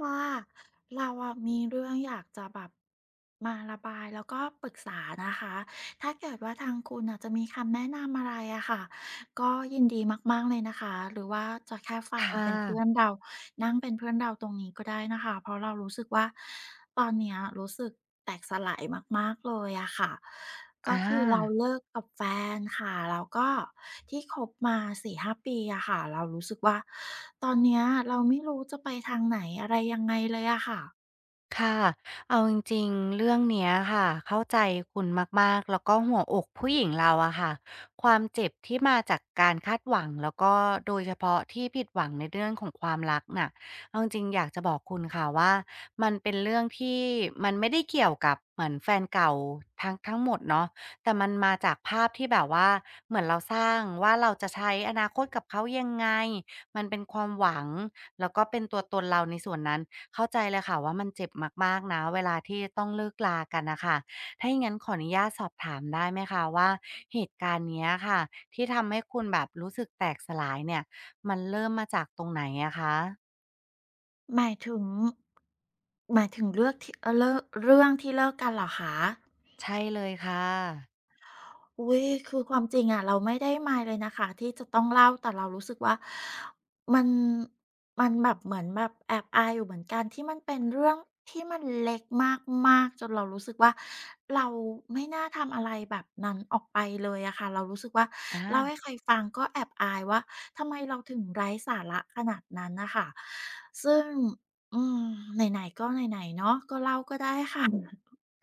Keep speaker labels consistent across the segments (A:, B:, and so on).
A: ว่าเราอะมีเรื่องอยากจะแบบมาระบายแล้วก็ปรึกษานะคะถ้าเกิดว่าทางคุณอะจะมีคำแนะนำอะไรอะค่ะ ก็ยินดีมากๆเลยนะคะหรือว่าจะแค่ฟัง
B: ค่
A: เป็นเพื่อน
B: ะ
A: เรานั่งเป็นเพื่อนเราตรงนี้ก็ได้นะคะเพราะเรารู้สึกว่าตอนเนี้ยรู้สึกแตกสลายมากๆเลยอะค่ะ
B: อ
A: ก็คือเรา
B: า
A: เลิกกับแฟนค่ะแล้วก็ที่คบมา4-5ปีอะค่ะเรารู้สึกว่าตอนเนี้ยเราไม่รู้จะไปทางไหนอะไรยังไงเลยอะค่ะ
B: ค่ะเอาจริงๆเรื่องเนี้ยค่ะเข้าใจคุณมากๆแล้วก็หัวอกผู้หญิงเราอะค่ะความเจ็บที่มาจากการคาดหวังแล้วก็โดยเฉพาะที่ผิดหวังในเรื่องของความรักน่ะเอาจริงๆอยากจะบอกคุณค่ะว่ามันเป็นเรื่องที่มันไม่ได้เกี่ยวกับเหมือนแฟนเก่าทั้งหมดเนาะแต่มันมาจากภาพที่แบบว่าเหมือนเราสร้างว่าเราจะใช้อนาคตกับเขายังไงมันเป็นความหวังแล้วก็เป็นตัวตนเราในส่วนนั้น เข้าใจเลยค่ะว่ามันเจ็บมากๆนะเวลาที่ต้องเลิกลากันนะคะถ้าอย่างงั้นขออนุญาตสอบถามได้ไหมคะว่าเหตุการณ์เนี้ยค่ะที่ทำให้คุณแบบรู้สึกแตกสลายเนี่ยมันเริ่มมาจากตรงไหนอะคะ
A: หมายถึงหมายถึงเลือกที่เลิกเรื่องที่เลิกกันเหรอคะ
B: ใช่เลยค่ะ
A: อุ๊ยคือความจริงอะเราไม่ได้มายเลยนะคะที่จะต้องเล่า แต่เรารู้สึกว่ามันมันแบบเหมือนแบบแอบอายอยู่เหมือนกันที่มันเป็นเรื่องที่มันเล็กมากๆจนเรารู้สึกว่าเราไม่น่าทำอะไรแบบนั้นออกไปเลยอะค่ะเรารู้สึกว่า
B: อา
A: เล่าให้ใครฟังก็แอบอายว่าทำไมเราถึงไร้สาระขนาดนั้นน่ะค่ะซึ่งอืมไหนๆก็ไหนๆเนาะก็เล่าก็ได้ค่ะ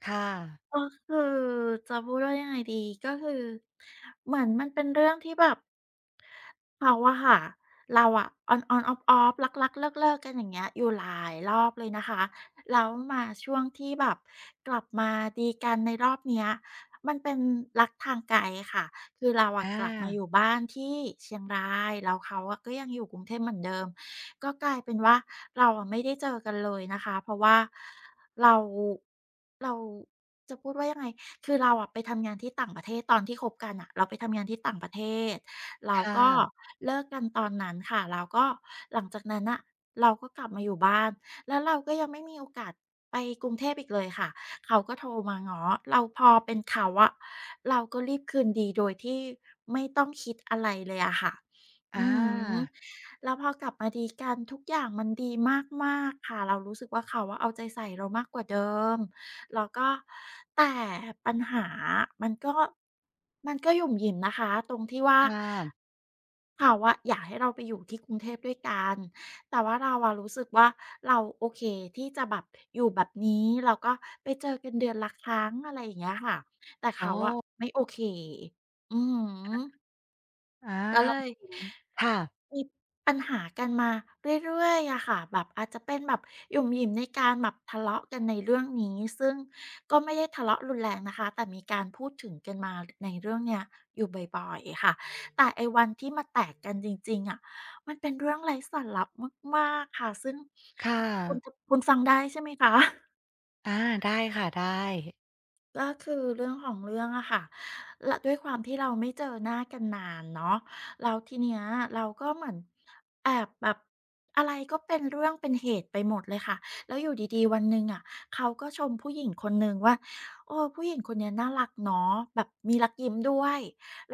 B: ค่ะ
A: ก็คือจะพูดว่ายังไงดีก็คือเหมือนมันเป็นเรื่องที่แบบเขาอะค่ะเราอะ on on off off รักๆเลิกๆกันอย่างเงี้ยอยู่หลายรอบเลยนะคะแล้วมาช่วงที่แบบกลับมาดีกันในรอบเนี้ยมันเป็นรักทางไกลค่ะคือเราอะ
B: อา
A: กลับมาอยู่บ้านที่เชียงรายแล้วเขาอะก็ยังอยู่กรุงเทพเหมือนเดิม ก็กลายเป็นว่าเราอะไม่ได้เจอกันเลยนะคะเพราะว่าเราเราจะพูดว่ายังไงคือเราอะไปทำงานที่ต่างประเทศตอนที่คบกันอ่ะเราไปทำงานที่ต่างประเทศเรา
B: ค่ะ
A: ก็เลิกกันตอนนั้นค่ะแล้วก็หลังจากนั้นอ่ะเราก็กลับมาอยู่บ้านแล้วเราก็ยังไม่มีโอกาสไปกรุงเทพอีกเลยค่ะเขาก็โทรมาง้อเราพอเป็นเขาอะเราก็รีบคืนดีโดยที่ไม่ต้องคิดอะไรเลยอะค่ะ
B: อ
A: อืม
B: า
A: แล้วพอกลับมาดีกันทุกอย่างมันดีมากๆค่ะเรารู้สึกว่าเขาอะเอาใจใส่เรามากกว่าเดิมแล้วก็แต่ปัญหามันก็มันก็หยุ่มหยิมนะคะตรงที่ว่า
B: ค่ะ
A: เขาอะอยากให้เราไปอยู่ที่กรุงเทพด้วยกันแต่ว่าเราอะรู้สึกว่าเราโอเคที่จะแบบอยู่แบบนี้แล้วก็ไปเจอกันเดือนละครั้งอะไรอย่างเงี้ยค่ะแต่
B: อ๋อ
A: เขาอะไม่โอเคอือฮึ
B: อา
A: ก็เลย
B: ค่ะ
A: มีปัญหากันมาเรื่อยๆอะค่ะแบบอาจจะเป็นแบบหยุ่มหยิมในการแบบทะเลาะกันในเรื่องนี้ซึ่งก็ไม่ได้ทะเลาะรุนแรงนะคะแต่มีการพูดถึงกันมาในเรื่องเนี้ยอยู่บ่อยๆค่ะแต่ไอ้วันที่มาแตกกันจริงๆอะมันเป็นเรื่องไร้สาระมากๆค่ะซึ่ง
B: ค่ะ
A: คุณทคุณฟังได้ใช่ไหมคะ
B: อาได้ค่ะได้
A: ก็คือเรื่องของเรื่องอะค่ะละด้วยความที่เราไม่เจอหน้ากันนานเนาะแล้วทีเนี้ยเราก็เหมือนแอบแบบอะไรก็เป็นเรื่องเป็นเหตุไปหมดเลยค่ะแล้วอยู่ดีๆวันหนึ่งอะเขาก็ชมผู้หญิงคนหนึ่งว่าโอ้ผู้หญิงคนเนี้ยน่ารักเนาะแบบมีรักยิ้มด้วย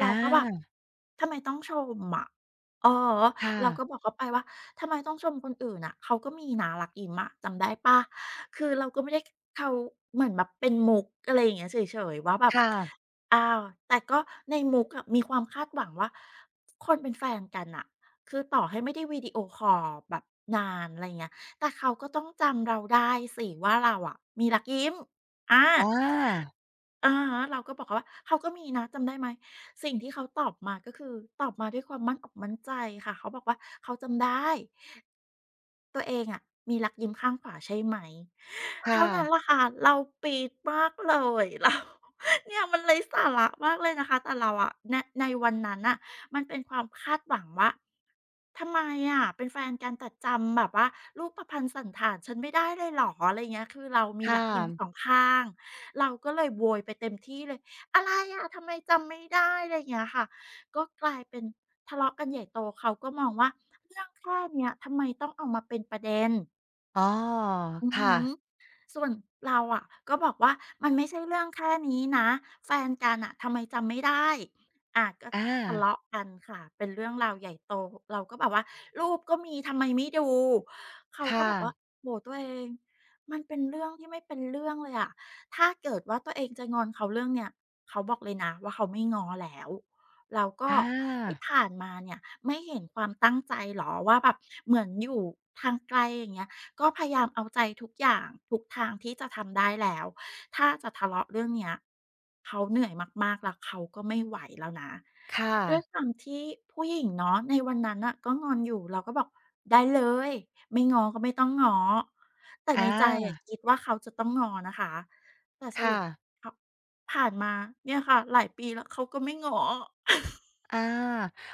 B: อ
A: เราก็แบบ
B: า
A: ทำไมต้องชมอะอือ
B: ค่ะ
A: เราก็บอกเขาไปว่าทำไมต้องชมคนอื่นน่ะเขาก็มีนะรักยิ้มอะจำได้เปล่าคือเราก็ไม่ได้เขาเหมือนแบบเป็นมุกอะไรอย่างเงี้ยเฉยๆว่าแบบ
B: ค่ะ
A: อ้าวแต่ก็ในมุกอะมีความคาดหวังว่าคนเป็นแฟนกันน่ะคือต่อให้ไม่ได้วิดีโอคอลแบบนานอะไรอย่างเงี้ยแต่เขาก็ต้องจำเราได้สิว่าเราอะมีรักยิ้มอา
B: อา
A: อะฮะเราก็บอกเขาว่าเขาก็มีนะจำได้ไหมสิ่งที่เขาตอบมาก็คือตอบมาด้วยความมั่นอกมั่นใจค่ะเขาบอกว่าเขาจำได้ ตัวเองอะมีรักยิ้มข้างขวาใช่ไหมเท่า
B: ค่ะ
A: นั้นแหละค่ะเราปี๊ดมากเลย เราเนี่ยมันไร้สาระมากเลยนะคะแต่เราอะในวันนั้นน่ะมันเป็นความคาดหวังว่าทำไมอะเป็นแฟนกันแต่จำแบบว่ารูปพรรณสันฐานฉันไม่ได้เลยเหรออะไรเงี้ยคือเรามี
B: ค่ะ
A: รักยิ้มสองข้างเราก็เลยโวยไปเต็มที่เลยอะไรอะทำไมจำไม่ได้อะไรเงี้ยค่ะ ก็กลายเป็นทะเลาะกันใหญ่โตเขาก็มองว่าเรื่องแค่เนี้ยทำไมต้องเอามาเป็นประเด็น
B: อ๋อ
A: อือหื
B: ค่ะ
A: อส่วนเราอะก็บอกว่ามันไม่ใช่เรื่องแค่นี้นะแฟนกันอ่ะทำไมจำไม่ได้อะก็
B: อ
A: ทะ
B: า
A: เลาะกันค่ะเป็นเรื่องราวใหญ่โตเราก็แบบว่ารูปก็มีทำไมไม่ดูเขาก็บ
B: ค่ะ
A: อกว่าโหตัวเองมันเป็นเรื่องที่ไม่เป็นเรื่องเลยอะถ้าเกิดว่าตัวเองจะงอนเขาเรื่องเนี้ยเขาบอกเลยนะว่าเขาไม่งอแล้วแล้วก็
B: อ
A: ที่
B: า
A: ผ่านมาเนี่ยไม่เห็นความตั้งใจหรอว่าแบบเหมือนอยู่ทางไกลอย่างเงี้ย ก็พยายามเอาใจทุกอย่างทุกทางที่จะทำได้แล้วถ้าจะทะเลาะเรื่องเนี้ยเขาเหนื่อยมากๆแล้วเขาก็ไม่ไหวแล้วนะ
B: ค่ะ
A: ด้วยความที่ผู้หญิงเนาะในวันนั้นน่ะก็งอนอยู่เราก็บอกได้เลยไม่ง้อก็ไม่ต้องง้อแต่
B: อ
A: ในใจอะ
B: า
A: คิดว่าเขาจะต้องง้อนะคะแต่สรุ
B: ค่ะ
A: ปขผ่านมาเนี่ยค่ะหลายปีแล้วเขาก็ไม่ง้อ
B: อา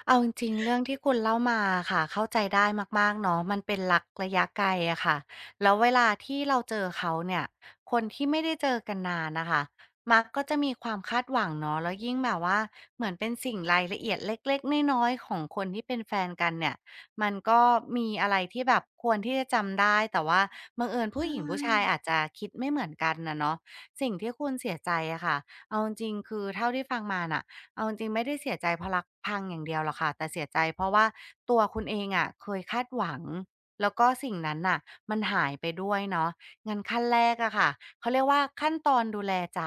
B: เอาจริงๆเรื่องที่คุณเล่ามาอะค่ะเข้าใจได้มากๆเนาะมันเป็นรักระยะไกลอะค่ะแล้วเวลาที่เราเจอเขาเนี่ยคนที่ไม่ได้เจอกันนานน่ะค่ะมักก็จะมีความคาดหวังเนาะแล้วยิ่งแบบว่าเหมือนเป็นสิ่งรายละเอียดเล็กๆน้อยๆของคนที่เป็นแฟนกันเนี่ยมันก็มีอะไรที่แบบควรที่จะจำได้แต่ว่าบังเอิญ
A: ใช่
B: ผู้หญิงผู้ชายอาจจะคิดไม่เหมือนกันน่ะเนาะสิ่งที่คุณเสียใจอะค่ะเอาจริงๆคือเท่าที่ฟังมาน่ะ เอาจริงๆไม่ได้เสียใจเพราะรักพังอย่างเดียวหรอกค่ะแต่เสียใจเพราะว่าตัวคุณเองอะเคยคาดหวังแล้วก็สิ่งนั้นน่ะมันหายไปด้วยเนาะงั้นขั้นแรกอะค่ะเขาเรียกว่าขั้นตอนดูแลใจ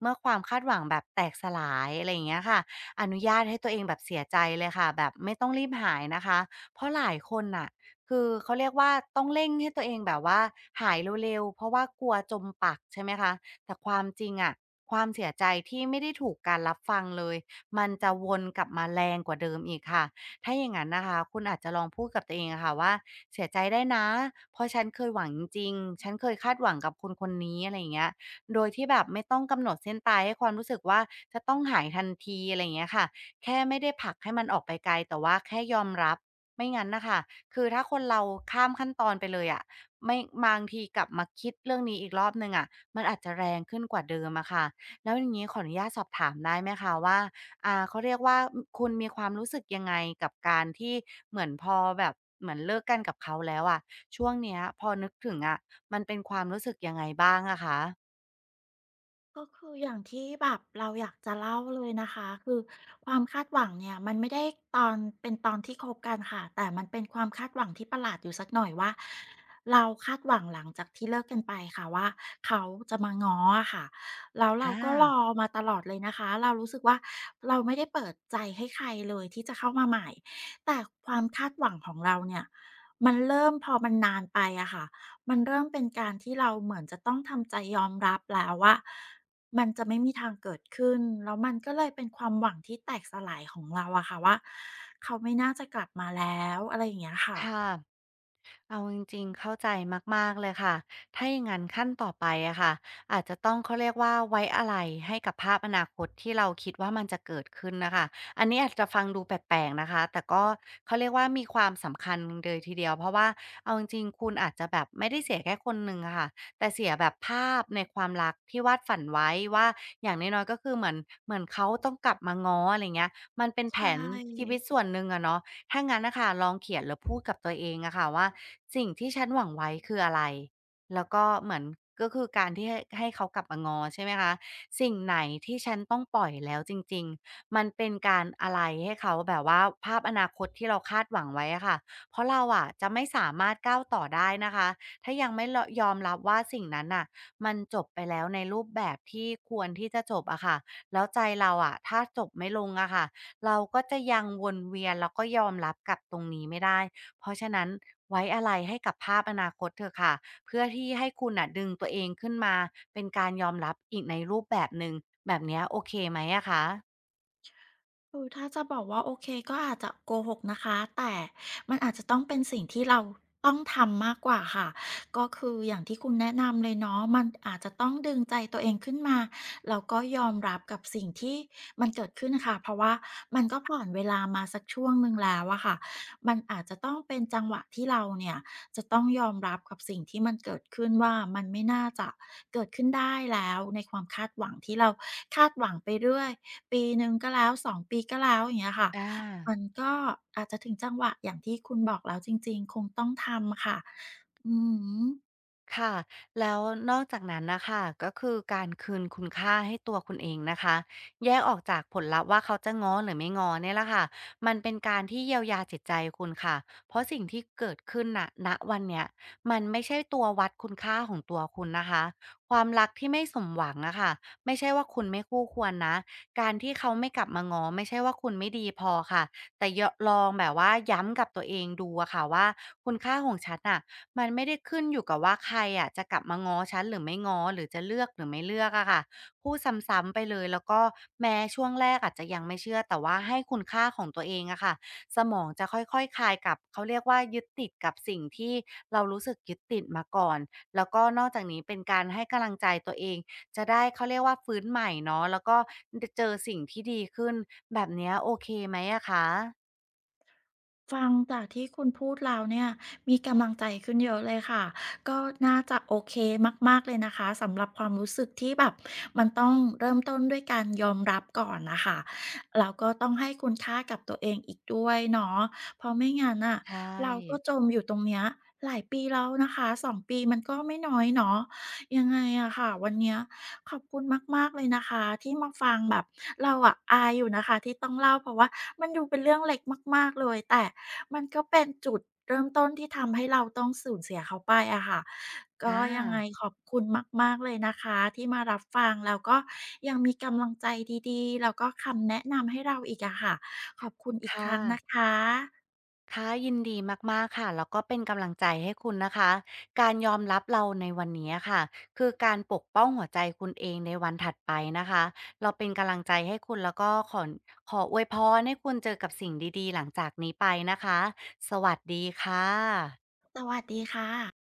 B: เมื่อความคาดหวังแบบแตกสลายอะไรอย่างเงี้ยค่ะอนุญาตให้ตัวเองแบบเสียใจเลยค่ะแบบไม่ต้องรีบหายนะคะเพราะหลายคนน่ะคือเขาเรียกว่าต้องเร่งให้ตัวเองแบบว่าหายเร็วๆเพราะว่ากลัวจมปักใช่ไหมคะ แต่ความจริงอะความเสียใจที่ไม่ได้ถูกการรับฟังเลยมันจะวนกลับมาแรงกว่าเดิมอีกค่ะถ้าอย่างนั้นนะคะคุณอาจจะลองพูดกับตัวเองอะค่ะว่าเสียใจได้นะเพราะฉันเคยหวังจริงๆฉันเคยคาดหวังกับคนคนนี้อะไรอย่างเงี้ยโดยที่แบบไม่ต้องกำหนดเส้นตายให้ความรู้สึกว่าจะต้องหายทันทีอะไรอย่างเงี้ยค่ะแค่ไม่ได้ผลักให้มันออกไปไกลแต่ว่าแค่ยอมรับไม่งั้นนะคะคือถ้าคนเราข้ามขั้นตอนไปเลยอะไม่บางทีกลับมาคิดเรื่องนี้อีกรอบหนึ่งอะ มันอาจจะแรงขึ้นกว่าเดิมอะค่ะแล้วอย่างนี้ขออนุญาตสอบถามได้ไหมคะว่าเขาเรียกว่าอคุณมีความรู้สึกยังไงกับการที่เหมือนพอแบบเหมือนเลิกกันกับเขาแล้วอะช่วงเนี้ยพอนึกถึงอะมันเป็นความรู้สึกยังไงบ้างอะคะ
A: ก็คืออย่างที่แบบเราอยากจะเล่าเลยนะคะคือความคาดหวังเนี่ยมันไม่ได้ตอนเป็นตอนที่คบกันค่ะแต่มันเป็นความคาดหวังที่ประหลาดอยู่สักหน่อยว่าเราคาดหวังหลังจากที่เลิกกันไปค่ะว่าเขาจะมาง้ออะค่ะแล้วเรา
B: อา
A: ก็รอมาตลอดเลยนะคะเรารู้สึกว่าเราไม่ได้เปิดใจให้ใครเลยที่จะเข้ามาใหม่แต่ความคาดหวังของเราเนี่ยมันเริ่มพอมันนานไปอะค่ะมันเริ่มเป็นการที่เราเหมือนจะต้องทำใจยอมรับแล้วว่า มันจะไม่มีทางเกิดขึ้น แล้วมันก็เลยเป็นความหวังที่แตกสลายของเราอะค่ะว่าเขาไม่น่าจะกลับมาแล้วอะไรอย่างเงี้ยค่ะ
B: ค่ะ เอาจริงๆเข้าใจมากๆเลยค่ะ ถ้าอย่างนั้นขั้นต่อไปอะค่ะอาจจะต้องเขาเรียกว่าไว้อะไรให้กับภาพอนาคตที่เราคิดว่ามันจะเกิดขึ้นนะคะ อันนี้อาจจะฟังดูแปลกๆนะคะแต่ก็เขาเรียกว่ามีความสำคัญเลยทีเดียวเพราะว่าเอาจริงๆคุณอาจจะแบบไม่ได้เสียแค่คนหนึ่งอะค่ะ แต่เสียแบบภาพในความรักที่วาดฝันไว้ว่าอย่างน้อยๆก็คือเหมือนเขาต้องกลับมาง้ออะไรเงี้ยมันเป็น
A: ใช
B: แผนชี
A: ่
B: วิตส่วนหนึ่งอะเนาะถ้างั้นนะคะลองเขียนหรือพูดกับตัวเองอะค่ะว่า สิ่งที่ฉันหวังไว้คืออะไรแล้วก็เหมือนก็คือการที่ให้เขากลับมาง้อใช่ไหมคะสิ่งไหนที่ฉันต้องปล่อยแล้วจริงๆมันเป็นการอะไรให้เขาแบบว่าภาพอนาคตที่เราคาดหวังไว้อะค่ะเพราะเราอะจะไม่สามารถก้าวต่อได้นะคะถ้ายังไม่รยอมรับว่าสิ่งนั้นน่ะมันจบไปแล้วในรูปแบบที่ควรที่จะจบอะค่ะแล้วใจเราอะถ้าจบไม่ลงอะค่ะเราก็จะยังวนเวียนแล้วก็ยอมรับกับตรงนี้ไม่ได้ เพราะฉะนั้นไว้อะไรให้กับภาพอนาคตเถอะค่ะเพื่อที่ให้คุณน่ะดึงตัวเองขึ้นมาเป็นการยอมรับอีกในรูปแบบหนึ่งแบบเนี้ยโอเคไหมอะคะ
A: คือถ้าจะบอกว่าโอเคก็อาจจะโกหกนะคะแต่มันอาจจะต้องเป็นสิ่งที่เราต้องทำมากกว่าค่ะก็คืออย่างที่คุณแนะนำเลยเนาะมันอาจจะต้องดึงใจตัวเองขึ้นมาแล้วก็ยอมรับกับสิ่งที่มันเกิดขึ้นนะคะเพราะว่ามันก็ผ่านเวลามาสักช่วงหนึ่งแล้วอะค่ะมันอาจจะต้องเป็นจังหวะที่เราเนี่ยจะต้องยอมรับกับสิ่งที่มันเกิดขึ้นว่ามันไม่น่าจะเกิดขึ้นได้แล้วในความคาดหวังที่เราคาดหวังไปเรื่อย ปีหนึ่งก็แล้วสองปีก็แล้วอย่างเงี้ยค่ะ
B: อ
A: มัน
B: า
A: ก็อาจจะถึงจังหวะอย่างที่คุณบอกแล้วจริงๆคงต้องทำค่ะอือฮึ
B: ค่ะแล้วนอกจากนั้นนะคะก็คือการคืนคุณค่าให้ตัวคุณเองนะคะแยกออกจากผลลัพธ์ว่าเขาจะง้อหรือไม่ง้อเนี่ยแหละค่ะมันเป็นการที่เยียวยาจิตใจคุณค่ะเพราะสิ่งที่เกิดขึ้นน่ะณวันเนี้ยมันไม่ใช่ตัววัดคุณค่าของตัวคุณนะคะความรักที่ไม่สมหวังอะค่ะไม่ใช่ว่าคุณไม่คู่ควรนะการที่เขาไม่กลับมาง้อไม่ใช่ว่าคุณไม่ดีพอค่ะ แต่ยะลองแบบว่าย้ำกับตัวเองดูอะค่ะว่าคุณค่าของฉันน่ะมันไม่ได้ขึ้นอยู่กับว่าใครอะจะกลับมาง้อฉันหรือไม่ง้อหรือจะเลือกหรือไม่เลือกอะค่ะพูดซ้ำๆไปเลยแล้วก็แม้ช่วงแรกอาจจะยังไม่เชื่อแต่ว่าให้คุณค่าของตัวเองอะค่ะสมองจะค่อยๆคลายกลับเขาเรียกว่ายึดติดกับสิ่งที่เรารู้สึกยึดติดมาก่อนแล้วก็นอกจากนี้เป็นการให้กำลังใจตัวเอง จะได้เขาเรียกว่าฟื้นใหม่เนาะแล้วก็ดเจอสิ่งที่ดีขึ้นแบบเนี้ยโอเคไหมอะคะ
A: ฟังจากที่คุณพูดแล้วเนี่ยมีกำลังใจขึ้นเยอะเลยค่ะก็น่าจะโอเคมากๆเลยนะคะสำหรับความรู้สึกที่แบบมันต้องเริ่มต้นด้วยการยอมรับก่อนน่ะค่ะแล้วก็ต้องให้คุณค่ากับตัวเองอีกด้วยเนาะเพราะไม่งั้นน่ะ
B: ใช่
A: เราก็จมอยู่ตรงเนี้ยหลายปีแล้วนะคะ2ปีมันก็ไม่น้อยเนาะยังไงอะค่ะวันเนี้ยขอบคุณมากๆเลยนะคะที่มาฟังแบบเราอะอายอยู่นะคะที่ต้องเล่าเพราะว่ามันดูเป็นเรื่องเล็กมากๆเลยแต่ มันก็เป็นจุดเริ่มต้นที่ทำให้เราต้องสูญเสียเขาไปอะค่ะก็
B: อา
A: ยังไงขอบคุณมากๆเลยนะคะที่มารับฟังแล้วก็ยังมีกำลังใจดีๆแล้วก็คำแนะนำให้เราอีกอะค่ะขอบคุณอีกค
B: ค่ะ
A: รั้งนะคะ
B: ค่ะยินดีมากๆค่ะแล้วก็เป็นกำลังใจให้คุณนะคะการยอมรับเราในวันนี้อะค่ะคือการปกป้องหัวใจคุณเองในวันถัดไปนะคะเราเป็นกำลังใจให้คุณแล้วก็ขอนขออวยพรให้คุณเจอกับสิ่งดีๆหลังจากนี้ไปนะคะสวัสดีค่ะ
A: สวัสดีค่ะ